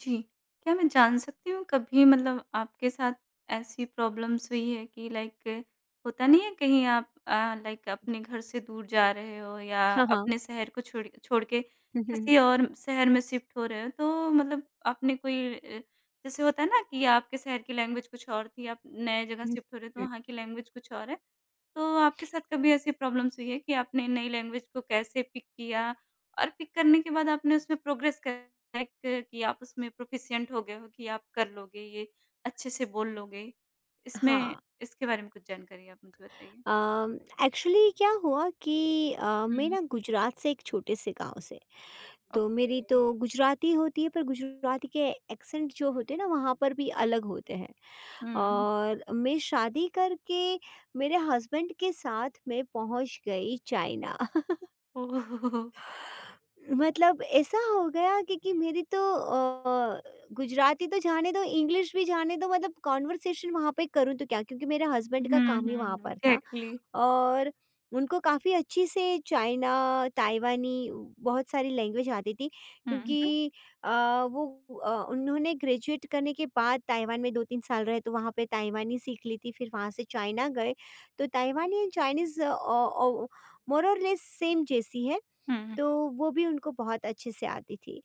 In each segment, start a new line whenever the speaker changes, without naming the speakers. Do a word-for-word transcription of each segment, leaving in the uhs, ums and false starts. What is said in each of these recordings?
जी। क्या मैं जान सकती हूँ कभी मतलब आपके साथ ऐसी प्रॉब्लम्स हुई है कि लाइक होता नहीं है कहीं आप अ, लाइक अपने घर से दूर जा रहे हो या
हाँ, हाँ।
अपने शहर को छोड़ छोड़ के
हुँ, हुँ,
किसी और शहर में शिफ्ट हो रहे हो तो मतलब आपने कोई अ, जैसे होता है ना कि आपके शहर की लैंग्वेज कुछ और थी, आप नए जगह
हुँ,
शिफ्ट हो रहे हो तो
हुँ।
वहाँ की लैंग्वेज कुछ और है। तो आपके साथ कभी ऐसी प्रॉब्लम्स हुई है कि आपने नई लैंग्वेज को कैसे पिक किया और पिक करने के बाद आपने उसमें प्रोग्रेस करा कि आप उसमें प्रोफिशिएंट हो गए हो कि आप कर लोगे ये, अच्छे से बोल लोगे? इसमें
हाँ,
इसके बारे में कुछ जानकारी आप मुझे बताइए?
अम, एक्चुअली क्या हुआ कि अ, मैं
हुँ।
ना गुजरात से एक छोटे से गाँव से। तो मेरी तो
ओके।
गुजराती होती है पर गुजराती के एक्सेंट जो होते हैं ना वहाँ पर भी अलग होते हैं।
हुँ।
और मैं शादी करके मेरे हस्बैंड के साथ मैं पहुँच गई चाइना।
ओह!
मतलब ऐसा हो गया क्योंकि मेरी तो अ, गुजराती तो जाने दो, इंग्लिश भी जाने दो, मतलब कन्वर्सेशन वहाँ पे करूँ तो क्या? क्योंकि मेरे
हुँ,
हस्बैंड का काम ही वहाँ
हुँ,
पर था
एग्ज़ैक्टली।
और उनको काफ़ी अच्छी से चाइना, ताइवानी बहुत सारी लैंग्वेज आती थी
हुँ, हुँ,
क्योंकि अ, वो अ, उन्होंने ग्रेजुएट करने के बाद ताइवान में दो तीन साल रहे तो वहाँ पे ताइवानी सीख ली थी, फिर वहाँ से चाइना गए। तो ताइवानी एंड चाइनीज़ अ, ओ मोर और लेस सेम जैसी है।
हुँ, हुँ,
तो वो भी उनको बहुत अच्छे से आती थी।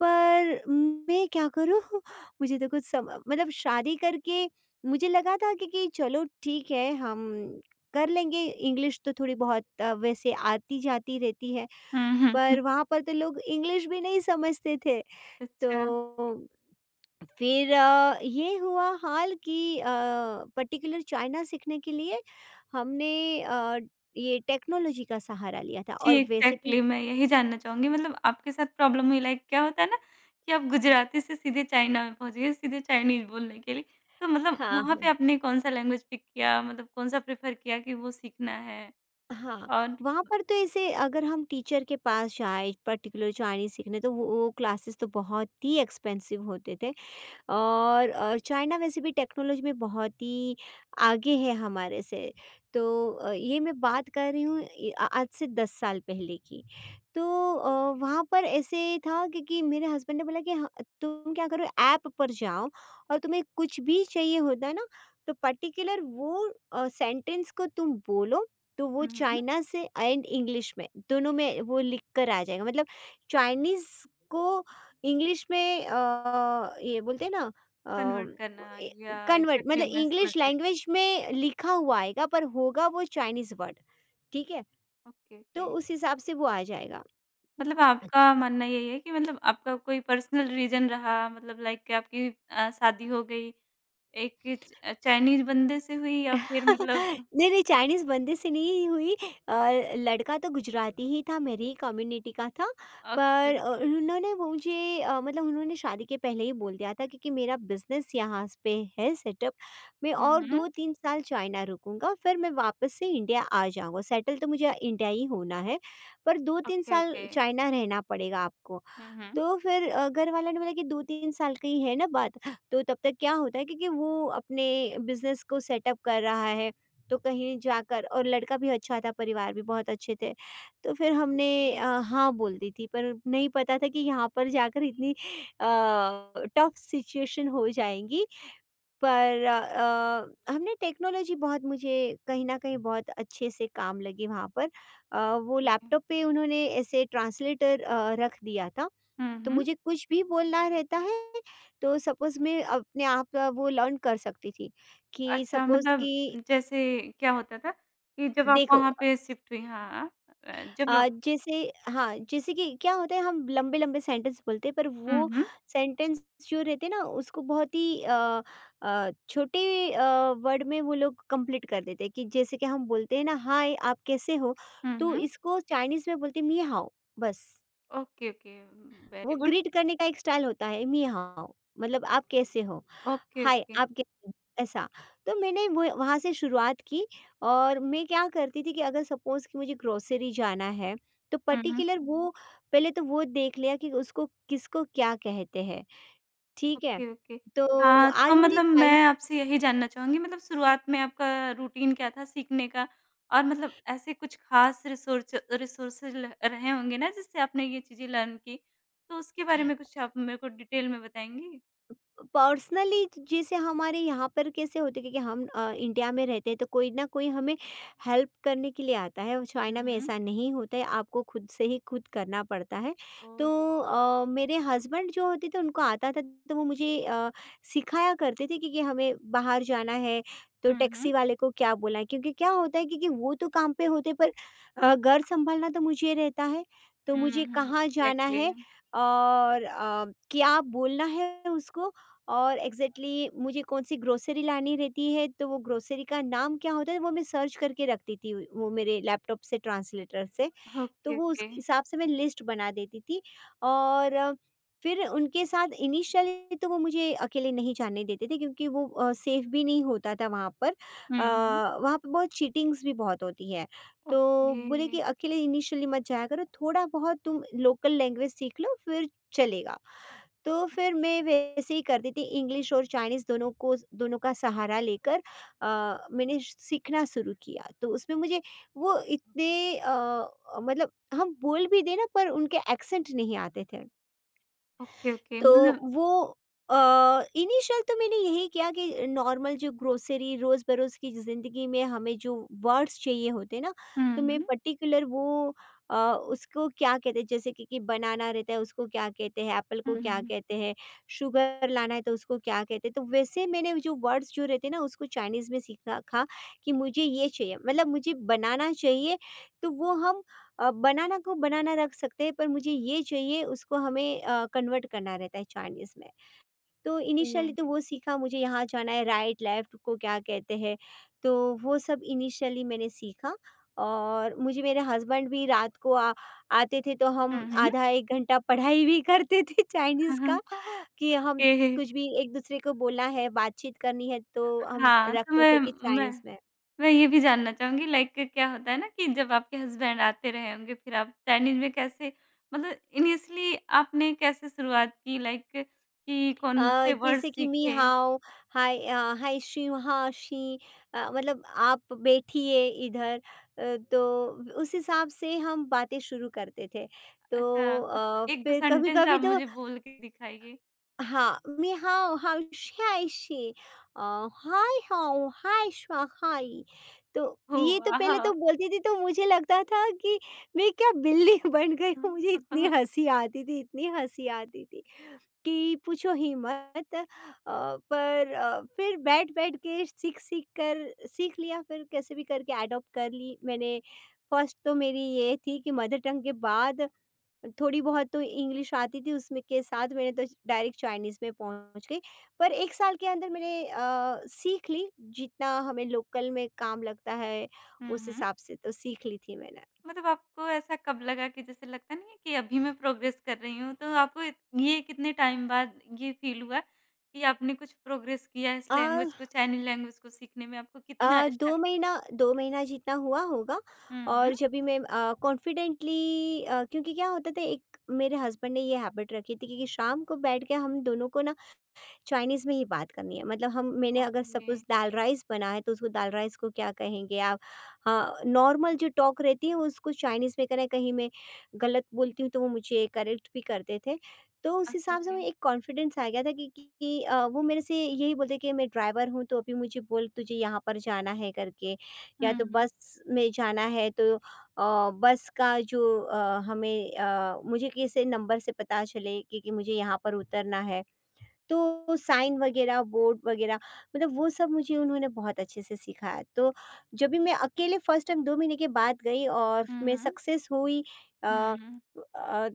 पर मैं क्या करूँ, मुझे तो कुछ सम मतलब शादी करके मुझे लगा था कि कि चलो ठीक है हम कर लेंगे, इंग्लिश तो थोड़ी बहुत अ, वैसे आती-जाती रहती है।
हुँ, हुँ, हुँ।
पर वहाँ पर तो लोग इंग्लिश भी नहीं समझते थे।
अच्छा।
तो फिर अ, ये हुआ हाल कि अ, पर्टिकुलर चाइना सीखने के लिए हमने अ, ये टेक्नोलॉजी का सहारा लिया था
जी,
और वैसे
एग्ज़ैक्टली
भी।
मैं यही जानना चाहूँगी मतलब आपके साथ प्रॉब्लम हुई लाइक क्या होता है ना कि आप गुजराती से सीधे चाइना में पहुँच गए, सीधे चाइनीज़ बोलने के लिए। तो मतलब
हाँ,
वहाँ पे
हाँ।
आपने कौन-सा लैंग्वेज पिक किया मतलब कौन-सा प्रेफ़र किया कि वो सीखना है
हाँ,
और
वहाँ पर तो ऐसे अगर हम टीचर के पास जाएँ पर्टिकुलर चाइनीज़ सीखने तो वो वो क्लासेस तो बहुत ही एक्सपेंसिव होते थे। और अ, चाइना वैसे भी टेक्नोलॉजी में बहुत ही आगे है हमारे से। तो अ, ये मैं बात कर रही हूँ, ये आ- आज से दस साल पहले की। तो अ, वहाँ पर ऐसे था क्योंकि मेरे हस्बैंड ने बोला कि "हाँ, तुम क्या करो, ऐप पर जाओ और तुम्हें कुछ भी चाहिए होता है ना तो पर्टिकुलर वो सेंटेंस को तुम बोलो तो वो
हुँ, हुँ।
चाइना से एंड इंग्लिश में दोनों में वो लिख कर आ जाएगा। मतलब चाइनीज को इंग्लिश में अ, ये बोलते हैं ना, अ,
कन्वर्ट करना
ए
या
कन्वर्ट
एग्ज़ैक्टली
मतलब
मैं समझ
इंग्लिश
गई।
लैंग्वेज में लिखा हुआ आएगा पर होगा वो चाइनीज़ वर्ड, ठीक है?
ओके,
तो
ओके।
उस हिसाब से वो आ जाएगा।
मतलब आपका मानना यही है कि मतलब आपका कोई पर्सनल रीज़न रहा मतलब लाइक कि आपकी अ, शादी हो गई एक च चाइनीज़ बंदे से हुई या फिर मतलब
नहीं, नहीं, चाइनीज़ बंदे से नहीं हुई। अ, लड़का तो गुजराती ही था, मेरी ही कम्युनिटी का था।
ओके,
पर अ,
ओके।
उन्होंने वो मुझे अ, मतलब उन्होंने शादी के पहले ही बोल दिया था क्योंकि मेरा बिज़नेस यहाँ स पे है सेटअप। मैं
हुँ,
और
हुँ।
दो तीन साल चाइना रुकूँगा, फिर मैं वापस से इंडिया आ जाऊँगा। सेटल तो मुझे इंडिया ही होना है, पर दो तीन
ओके,
साल
ओके।
चाइना रहना पड़ेगा आपको।
हुँ, हुँ।
तो फिर अ, घर वालों ने बोला कि दो तीन साल की है ना बात, तो तब तक क्या होता है क्योंकि वो अपने बिज़नेस को सेटअप कर रहा है, तो कहीं जाकर, और लड़का भी अच्छा था, परिवार भी बहुत अच्छे थे। तो फिर हमने
ओके।
अ, हाँ बोल दी थी, पर नहीं पता था कि यहाँ पर जाकर इतनी अ, टफ सिचुएशन हो जाएगी। पर अ, अ, हमने टेक्नोलॉजी बहुत मुझे कहीं न कहीं बहुत अच्छे से काम लगी वहाँ पर। अ, वो लैपटॉप पे उन्होंने ऐसे ट्रांसलेटर अ, रख दिया था।
हुँ,
तो
हुँ।
मुझे कुछ भी बोलना रहता है तो सपोज़ मैं अपने आप अ, वो लर्न कर सकती थी कि
अच्छा
सपोज़
मतलब
कि
जैसे क्या होता था कि जब आप
देखो,
वहाँ पे शिफ्ट हुई हाँ, अ, जब
अ,
आप
जैसे हाँ, जैसे कि क्या होता है हम लंबे-लंबे सेंटेंस बोलते हैं पर
हुँ,
वो
हुँ।
सेंटेंस जो रहते हैं ना उसको बहुत ही अ अ, छोटे अ, वर्ड में वो लोग कंप्लीट कर देते हैं कि जैसे कि हम बोलते हैं ना हाय आप कैसे हो?
हुँ,
तो
हुँ।
इसको चाइनीज़ में बोलते हैं "नी हाओ" बस।
Okay, okay. वेरी
वो
गुड।
ग्रीट करने का एक स्टाइल होता है, मियाओ मतलब आप कैसे हो?
Okay,
hi
okay.
आप कैसे हो? ऐसा। तो मैंने वो वहाँ से शुरुआत की और मैं क्या करती थी कि अगर सपोज़ कि मुझे ग्रोसरी जाना है, तो
हुँ, हुँ।
पर्टिकुलर वो पहले तो वो देख लिया कि उसको किसको क्या कहते हैं, ठीक है?
Okay, okay.
तो
हाँ, तो
आज मुझे
मतलब
चाइनीज़
मैं आपसे यही जानना चाहूँगी मतलब शुरुआत में आपका रूटीन क्या था सीखने का? और मतलब ऐसे कुछ ख़ास रिसोर्च रिसोर्सेज़ ल रहे होंगे ना जिससे आपने ये चीज़ें लर्न की, तो उसके बारे में कुछ आप मेरे को डिटेल में बताएँगी?
पर्सनली जैसे हमारे यहाँ पर कैसे होते क्योंकि हम अ, इंडिया में रहते हैं तो कोई ना कोई हमें हेल्प करने के लिए आता है, और चाइना में
Mhm.
ऐसा नहीं होता है, आपको खुद से ही खुद करना पड़ता है। तो
Oh.
अ, मेरे हस्बैंड जो होते थे उनको आता था तो वो मुझे अ, सिखाया करते थे क्योंकि हमें बाहर जाना है तो
Mhm.
टैक्सी वाले को क्या बोलना है, क्योंकि क्या होता है क्योंकि वो तो काम पे होते पर अ, घर संभालना तो मुझे रहता है, तो मुझे
Mhm.
कहाँ जाना
एग्ज़ैक्टली
है और अ, क्या बोलना है उसको। और एग्जैक्टली exactly मुझे कौन सी ग्रोसरी लानी रहती है तो वो ग्रोसरी का नाम क्या होता है वो मैं सर्च करके रखती थी वो मेरे लैपटॉप से ट्रांसलेटर से। तो
ओके,
वो उस
ओके।
हिसाब से मैं लिस्ट बना देती थी और अ, फिर उनके साथ इनिशियली तो वो मुझे अकेले नहीं जाने देते थे क्योंकि वो सेफ भी नहीं होता था वहाँ पर। अ,
हुँ,
वहाँ पर बहुत चीटिंग्स भी बहुत होती है, तो
ओके,
बोले कि अकेले इनिशियली मत जाया करो, थोड़ा बहुत तुम लोकल लैंग्वेज सीख लो फिर चलेगा। तो फिर मैं वैसे ही करती थी, इंग्लिश और चाइनीज़ दोनों को दोनों का सहारा लेकर अ, मैंने सीखना शुरू किया। तो उसमें मुझे वो इतने अ, मतलब हम बोल भी दें ना पर उनके एक्सेंट नहीं आते थे।
ओके, ओके
तो
मतलब
वो अ, इनिशियल तो मैंने यही किया कि नॉर्मल जो ग्रोसरी रोज़-बरोज़ की ज़िंदगी में हमें जो वर्ड्स चाहिए होते हैं ना,
हुँ,
तो मैं
हुँ,
पर्टिकुलर वो अ, उसको क्या कहते हैं, जैसे कि कि बनाना रहता है उसको क्या कहते हैं, एप्पल
हुँ,
को क्या
हुँ।
कहते हैं, शुगर लाना है तो उसको क्या कहते हैं। तो वैसे मैंने जो वर्ड्स जो रहते हैं ना उसको चाइनीज़ में सीखा, खा कि मुझे ये चाहिए मतलब मुझे बनाना चाहिए, तो वो हम अ, बनाना को बनाना रख सकते हैं पर मुझे ये चाहिए, उसको हमें अ, कन्वर्ट करना रहता है चाइनीज़ में। तो इनिशियली तो वो सीखा, मुझे यहाँ जाना है, राइट लेफ़्ट को क्या कहते हैं, तो वो सब इनिशियली मैंने सीखा। और मुझे मेरे हस्बैंड भी रात को आ आते थे तो
हुँ,
हम
हुँ।
आधा एक घंटा पढ़ाई भी करते थे चाइनीज़ का कि हम
ओके
कुछ भी एक-दूसरे को बोलना है, बातचीत करनी है तो हम
हाँ, तो
रखते
मैं
थे कि
मैं
चाइनीज़ में।
मैं ये भी जानना चाहूँगी लाइक क्या होता है ना कि जब आपके हस्बैंड आते रहे होंगे फिर आप चाइनीज़ में कैसे मतलब इनिशियली आपने कैसे शुरुआत की लाइक कि
अ,
कौन से वर्ड
जैसे कि मी
सीखे?
हाउ हाय, अ, हाय शी हाँ शी, अ, मतलब आप बैठिए इधर। अ, तो उस हिसाब से हम बातें शुरू करते थे।
अच्छा
तो
कुछ
अ,
एक दो
फिर
सेंटेंस
कभी-कभी
आप
तो
मुझे बोल के दिखाइए।
हाँ, मी हाउ हाउ श हाय she, a, hi how hi श्वा हाय। तो
ओह
ये तो
वाह!
पहले तो बोलती थी तो मुझे लगता था कि मैं क्या बिल्ली बन गई
हुँ।
हूँ, मुझे
हुँ,
इतनी
हुँ।
हँसी आती थी, इतनी हँसी आती थी। कि पूछो ही मत। अ, पर अ, फिर बैठ-बैठ के सीख-सीख कर सीख लिया, फिर कैसे भी करके एडॉप्ट कर ली मैंने। फर्स्ट तो मेरी ये थी कि मदर टंग के बाद थोड़ी बहुत तो इंग्लिश आती थी, उसमें के साथ मैंने तो डायरेक्ट चाइनीज़ में पहुँच गई। पर एक साल के अंदर मैंने अ, सीख ली, जितना हमें लोकल में काम लगता है उस हिसाब से तो सीख ली थी मैंने।
मतलब आपको ऐसा कब लगा कि जैसे लगता नहीं है कि अभी मैं प्रोग्रेस कर रही हूँ, तो आपको इत ये कितने टाइम बाद ये फ़ील हुआ कि आपने कुछ प्रोग्रेस किया है इस
अ
लैंग्वेज को चाइनीज़ लैंग्वेज को सीखने में आपको कितना
अ,
अच्छा
दो महीना, दो महीना जितना हुआ होगा।
हुँ, हुँ।
और जब भी मैं अ, कॉन्फिडेंटली अ, क्योंकि क्या होता था, एक मेरे हस्बैंड ने ये हैबिट रखी थी कि कि शाम को बैठ के हम दोनों को ना चाइनीज़ में ही बात करनी है, मतलब हम मैंने अगर
ओके,
सपोज़ दाल राइस बना है तो उसको दाल राइस को क्या कहेंगे आप? हाँ, नॉर्मल जो टॉक रहती है उसको चाइनीज़ में करना है। कहीं मैं गलत बोलती हूँ तो वो मुझे करेक्ट भी करते थे। तो उस
ओके,
हिसाब से
ओके।
मुझे एक कॉन्फिडेंस आ गया था कि, कि, कि अ, वो मेरे से यही बोलते कि मैं ड्राइवर हूँ तो अभी मुझे बोल तुझे यहाँ पर जाना है करके, या
हुँ,
तो
हुँ।
बस में जाना है तो अ, बस का जो अ, हमें अ, मुझे किसी नंबर से पता चले कि, कि मुझे यहाँ पर उतरना है, तो साइन वगैरह, बोर्ड वगैरह, मतलब वो सब मुझे उन्होंने बहुत अच्छे से सिखाया। तो जब भी मैं अकेले फ़र्स्ट टाइम दो महीने के बाद गई और
हुँ,
मैं
हुँ।
सक्सेस हुई, अ
हुँ।
अ,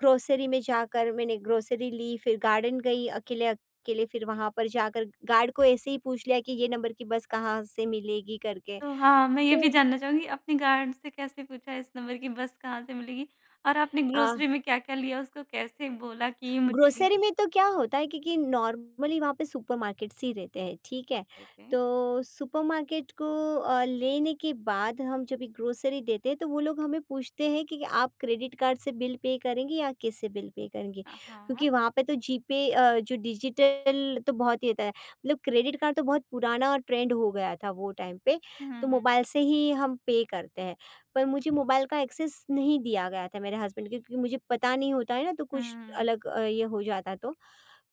ग्रोसरी में जाकर मैंने ग्रोसरी ली, फिर गार्डन गई अकेले, अकेले फिर वहाँ पर जाकर गार्ड को ऐसे ही पूछ लिया कि ये नंबर की बस कहाँ से मिलेगी करके।
तो हाँ, मैं ये
तो
भी जानना चाहूँगी आपने गार्ड से कैसे पूछा इस नंबर की बस कहाँ से मिलेगी? और आपने
अ
ग्रोसरी में क्या-क्या लिया उसको कैसे बोला कि ये मुझे
ग्रोसरी में तो क्या होता है क्योंकि नॉर्मली वहाँ पे सुपरमार्केट्स ही रहते हैं, ठीक है?
Okay, okay.
तो सुपरमार्केट को अ, लेने के बाद हम जब ये ग्रोसरी देते हैं तो वो लोग हमें पूछते हैं कि आप क्रेडिट कार्ड से बिल पे करेंगे या कैसे बिल पे करेंगे?
अ, हाँ।
क्योंकि वहाँ पे तो जीपे अ, जो डिजिटल तो बहुत ही होता है, मतलब क्रेडिट कार्ड तो बहुत पुराना ट्रेंड हो गया था वो टाइम पे, तो
Mhm,
मोबाइल से ही हम पे करते हैं। पर मुझे मोबाइल का एक्सेस नहीं दिया गया था मेरे हस्बैंड को क्योंकि मुझे पता नहीं होता है ना तो कुछ
mhm.
अलग अ, ये हो जाता तो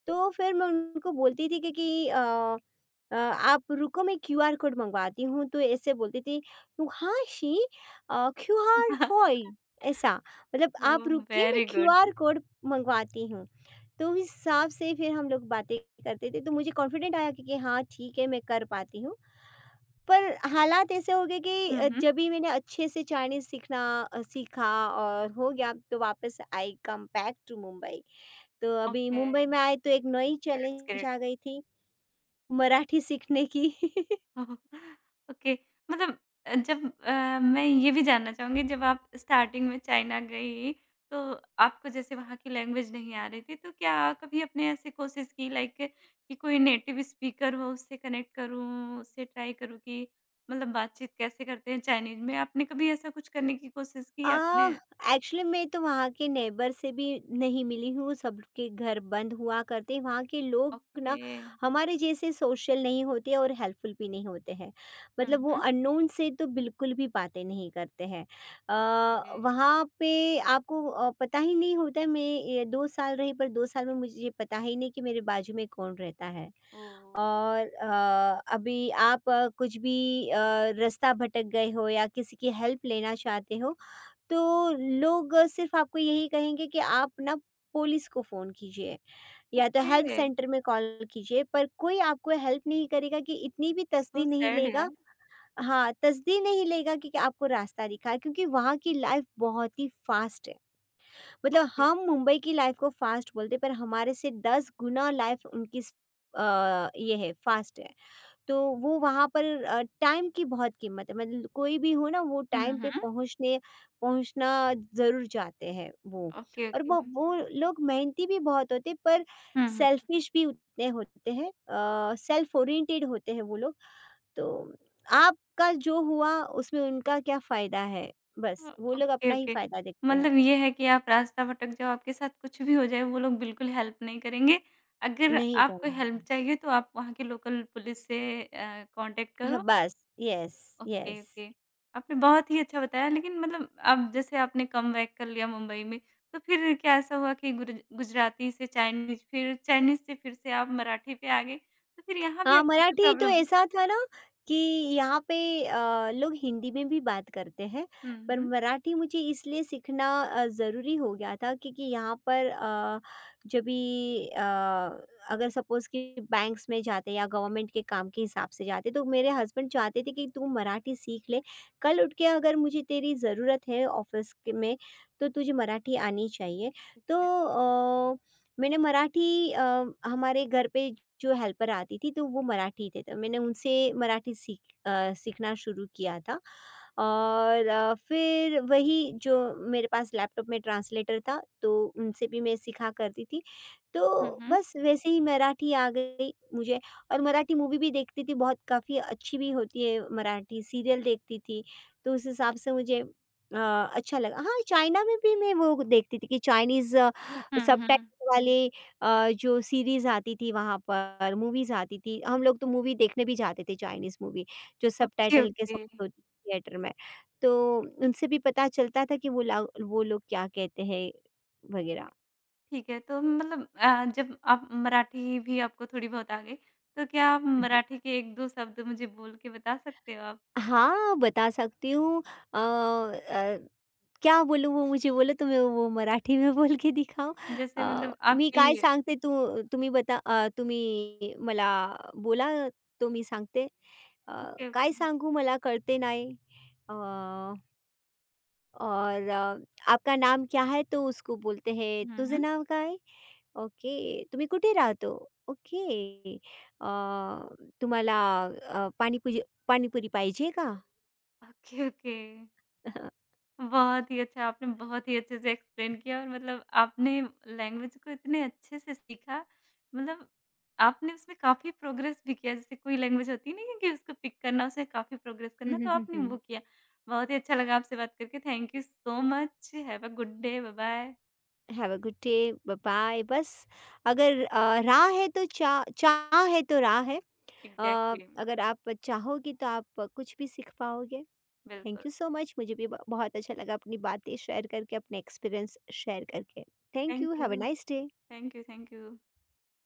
तो फिर मैं उनको बोलती थी कि, कि अ, अ, आप रुको मैं क्यूआर कोड मंगवाती हूँ, तो ऐसे बोलती थी। तो हाँ, शी क्यूआर होय ऐसा, मतलब आप
Oh,
रुकिए मैं
very good.
क्यूआर कोड मंगवाती हूँ। तो उस हिसाब से फिर हम लोग बातें करते थे, तो मुझे कॉन्फिडेंट आया कि कि हाँ, ठीक है मैं कर पाती हूँ। पर हालात ऐसे हो गए कि अ,
Mhm.
जब भी मैंने अच्छे से चाइनीज़ सीखना अ, सीखा और हो गया तो वापस आई, कम बैक टू मुंबई। तो अभी मुंबई
Okay,
में आए तो एक नई
that's
चैलेंज
great.
आ गई थी, मराठी सीखने की।
ओके मतलब अ, जब अ, मैं ये भी जानना चाहूँगी जब आप स्टार्टिंग में चाइना गई, तो आपको जैसे वहाँ की लैंग्वेज नहीं आ रही थी, तो क्या कभी आपने ऐसे कोशिश की लाइक कि कोई नेटिव स्पीकर हो उससे कनेक्ट करूँ, उससे ट्राई करूँ कि मतलब बातचीत कैसे करते हैं चाइनीज़ में? आपने कभी ऐसा कुछ करने की कोशिश की
आ,
आपने?
एक्चुअली मैं तो वहाँ के नेबर से भी नहीं मिली हूँ। सबके घर बंद हुआ करते हैं। वहाँ के लोग
ओके।
ना हमारे जैसे सोशल नहीं होते और हेल्पफुल भी नहीं होते हैं।
हुँ,
मतलब वो
हुँ।
अननोन से तो बिल्कुल भी बातें नहीं करते हैं।
ओके,
आ, वहाँ पे आपको आ, पता ही नहीं होता है। मैं ये दो साल रही, पर दो साल में मुझे ये पता ही नहीं कि मेरे बाजू में कौन रहता है।
ओह!
और अ, अभी आप अ, कुछ भी अ, रास्ता भटक गए हो या किसी की हेल्प लेना चाहते हो, तो लोग सिर्फ़ आपको यही कहेंगे कि आप ना पुलिस को फ़ोन कीजिए या तो हेल्प
ओके,
सेंटर में कॉल कीजिए, पर कोई आपको हेल्प नहीं करेगा, कि इतनी भी
सो
तसदी नहीं
सैड
लेगा।
यार।
हाँ, तसदी नहीं लेगा कि क्या आपको रास्ता दिखा है, क्योंकि वहाँ की लाइफ़ बहुत ही फ़ास्ट है। मतलब
ओके।
हम मुंबई की लाइफ़ को फ़ास्ट बोलते हैं, पर हमारे से दस गुना लाइफ़ उनकी स अ, ये है, फ़ास्ट है। तो वो वहाँ पर अ, टाइम की बहुत कीमत है। मतलब कोई भी हो ना, वो
हुँ,
टाइम पे
हुँ।
पहुँचने पहुँचना ज़रूर चाहते हैं वो।
ओके,
और वो
ओके।
वो लोग मेहनती भी बहुत होते हैं, पर
हुँ, हुँ।
सेल्फिश भी उतने होते हैं। सेल्फ ओरिएंटेड होते हैं वो लोग। तो आपका जो हुआ उसमें उनका क्या फ़ायदा है,
अ,
बस वो लोग
ओके,
अपना ही
ओके।
फ़ायदा देखते हैं।
मतलब ये है कि आप रास्ता भटक जाओ, आपके साथ कुछ भी हो जाए, वो लोग बिल्कुल हेल्प नहीं करेंगे। अगर
नहीं
आपको हेल्प
करेंगे।
चाहिए तो आप वहाँ के लोकल पुलिस से अ, कॉन्टैक्ट
हाँ,
करो।
बस, यस।
Okay,
yes.
ओके। आपने बहुत ही अच्छा बताया लेकिन मतलब अब जैसे आपने कमबैक कर लिया मुंबई में, तो फिर क्या ऐसा हुआ कि गुरज गुजराती से चाइनीज़ फिर चाइनीज़ से फिर से आप मराठी पे आ गए, तो फिर यहाँ भी
हाँ,
आपको कोई
मराठी तो
प्रॉब्लम
ऐसा था ना कि यहाँ पे अ, लोग हिंदी में भी बात करते हैं,
हुँ,
पर
हुँ।
मराठी मुझे इसलिए सीखना अ, ज़रूरी हो गया था क्योंकि यहाँ पर अ, जब भी अ, अगर सपोज़ कि बैंक्स में जाते या गवर्नमेंट के काम के हिसाब से जाते, तो मेरे हस्बैंड चाहते थे कि तू मराठी सीख ले। कल उठ के अगर मुझे तेरी ज़रूरत है ऑफ़िस के में, तो तुझे मराठी आनी चाहिए। तो
ओके, ओके।
अ, मैंने मराठी अ, हमारे घर पे जो हेल्पर आती थी तो वो मराठी थे, तो मैंने उनसे मराठी सीख अ, सीखना शुरू किया था। और अ, फिर वही जो मेरे पास लैपटॉप में ट्रांसलेटर था, तो उनसे भी मैं सीखा करती थी। तो
हुँ, हुँ।
बस वैसे ही मराठी आ गई मुझे। और मराठी मूवी भी देखती थी, बहुत काफ़ी अच्छी भी होती है, मराठी सीरियल देखती थी, तो उस हिसाब से मुझे अ, अच्छा लगा। हाँ, चाइना में भी मैं वो देखती थी कि चाइनीज़
हुँ, हुँ।
सबटाइटल वाले अ, जो सीरीज़ आती थी वहाँ पर, मूवीज़ आती थी, हम लोग तो मूवी देखने भी जाते थे चाइनीज़ मूवी, जो
ओके,
सबटाइटल के
ओके।
साथ होती थी थिएटर में। तो उनसे भी पता चलता था कि वो ला वो लोग क्या कहते हैं वगैरह।
ठीक है, तो मतलब अ, जब आप मराठी भी आपको थोड़ी बहुत आ गई, तो क्या आप मराठी के एक दो शब्द मुझे बोल के बता सकते हो आप?
हाँ, बता सकती हूँ। अ अ, क्या बोलू, वो मुझे बोले तुम्ही वो मराठी में बोल के दिखाव।
जैसे
अ,
मतलब
मी काय
आपकी
सांगते, तू तुम्ही बता, अ, तुम्ही मला बोला तो मी सांगते। अ,
ओके,
काय
ओके।
सांगू, मला कळते नाही। अ, और अ, आपका नाम क्या है? तो उसको बोलते हैं,
हुँ,
तुझं
हुँ।
नाव काय? ओके। तुम्ही कुठे राहतो? ओके। अ, तुम्हाला अ, पाणीपुरी पाणीपुरी पाहिजे का?
Okay, okay. बहुत ही अच्छा, आपने बहुत ही अच्छे से एक्सप्लेन किया और मतलब आपने लैंग्वेज को इतने अच्छे से सीखा, मतलब आपने उसमें काफ़ी प्रोग्रेस भी किया। जैसे कोई लैंग्वेज होती नहीं है कि उसको पिक करना, उसे काफ़ी प्रोग्रेस
हुँ,
करना,
हुँ,
तो
हुँ,
आपने वो
हुँ।
किया। बहुत ही अच्छा लगा आपसे बात करके। Thank you so much. Have a good day. Bye bye.
Have a good day, bye bye. बस अगर अ, राह है तो चा चाह है तो राह है। अ,
एग्ज़ैक्टली
अगर आप चाहोगे तो आप कुछ भी सीख पाओगे।
बिल्कुल।
थैंक यू सो मच, मुझे भी ब बहुत अच्छा लगा अपनी बातें शेयर करके, अपने एक्सपीरियंस शेयर करके। Thank you,
thank
have a
you.
Nice day.
Thank you, thank you.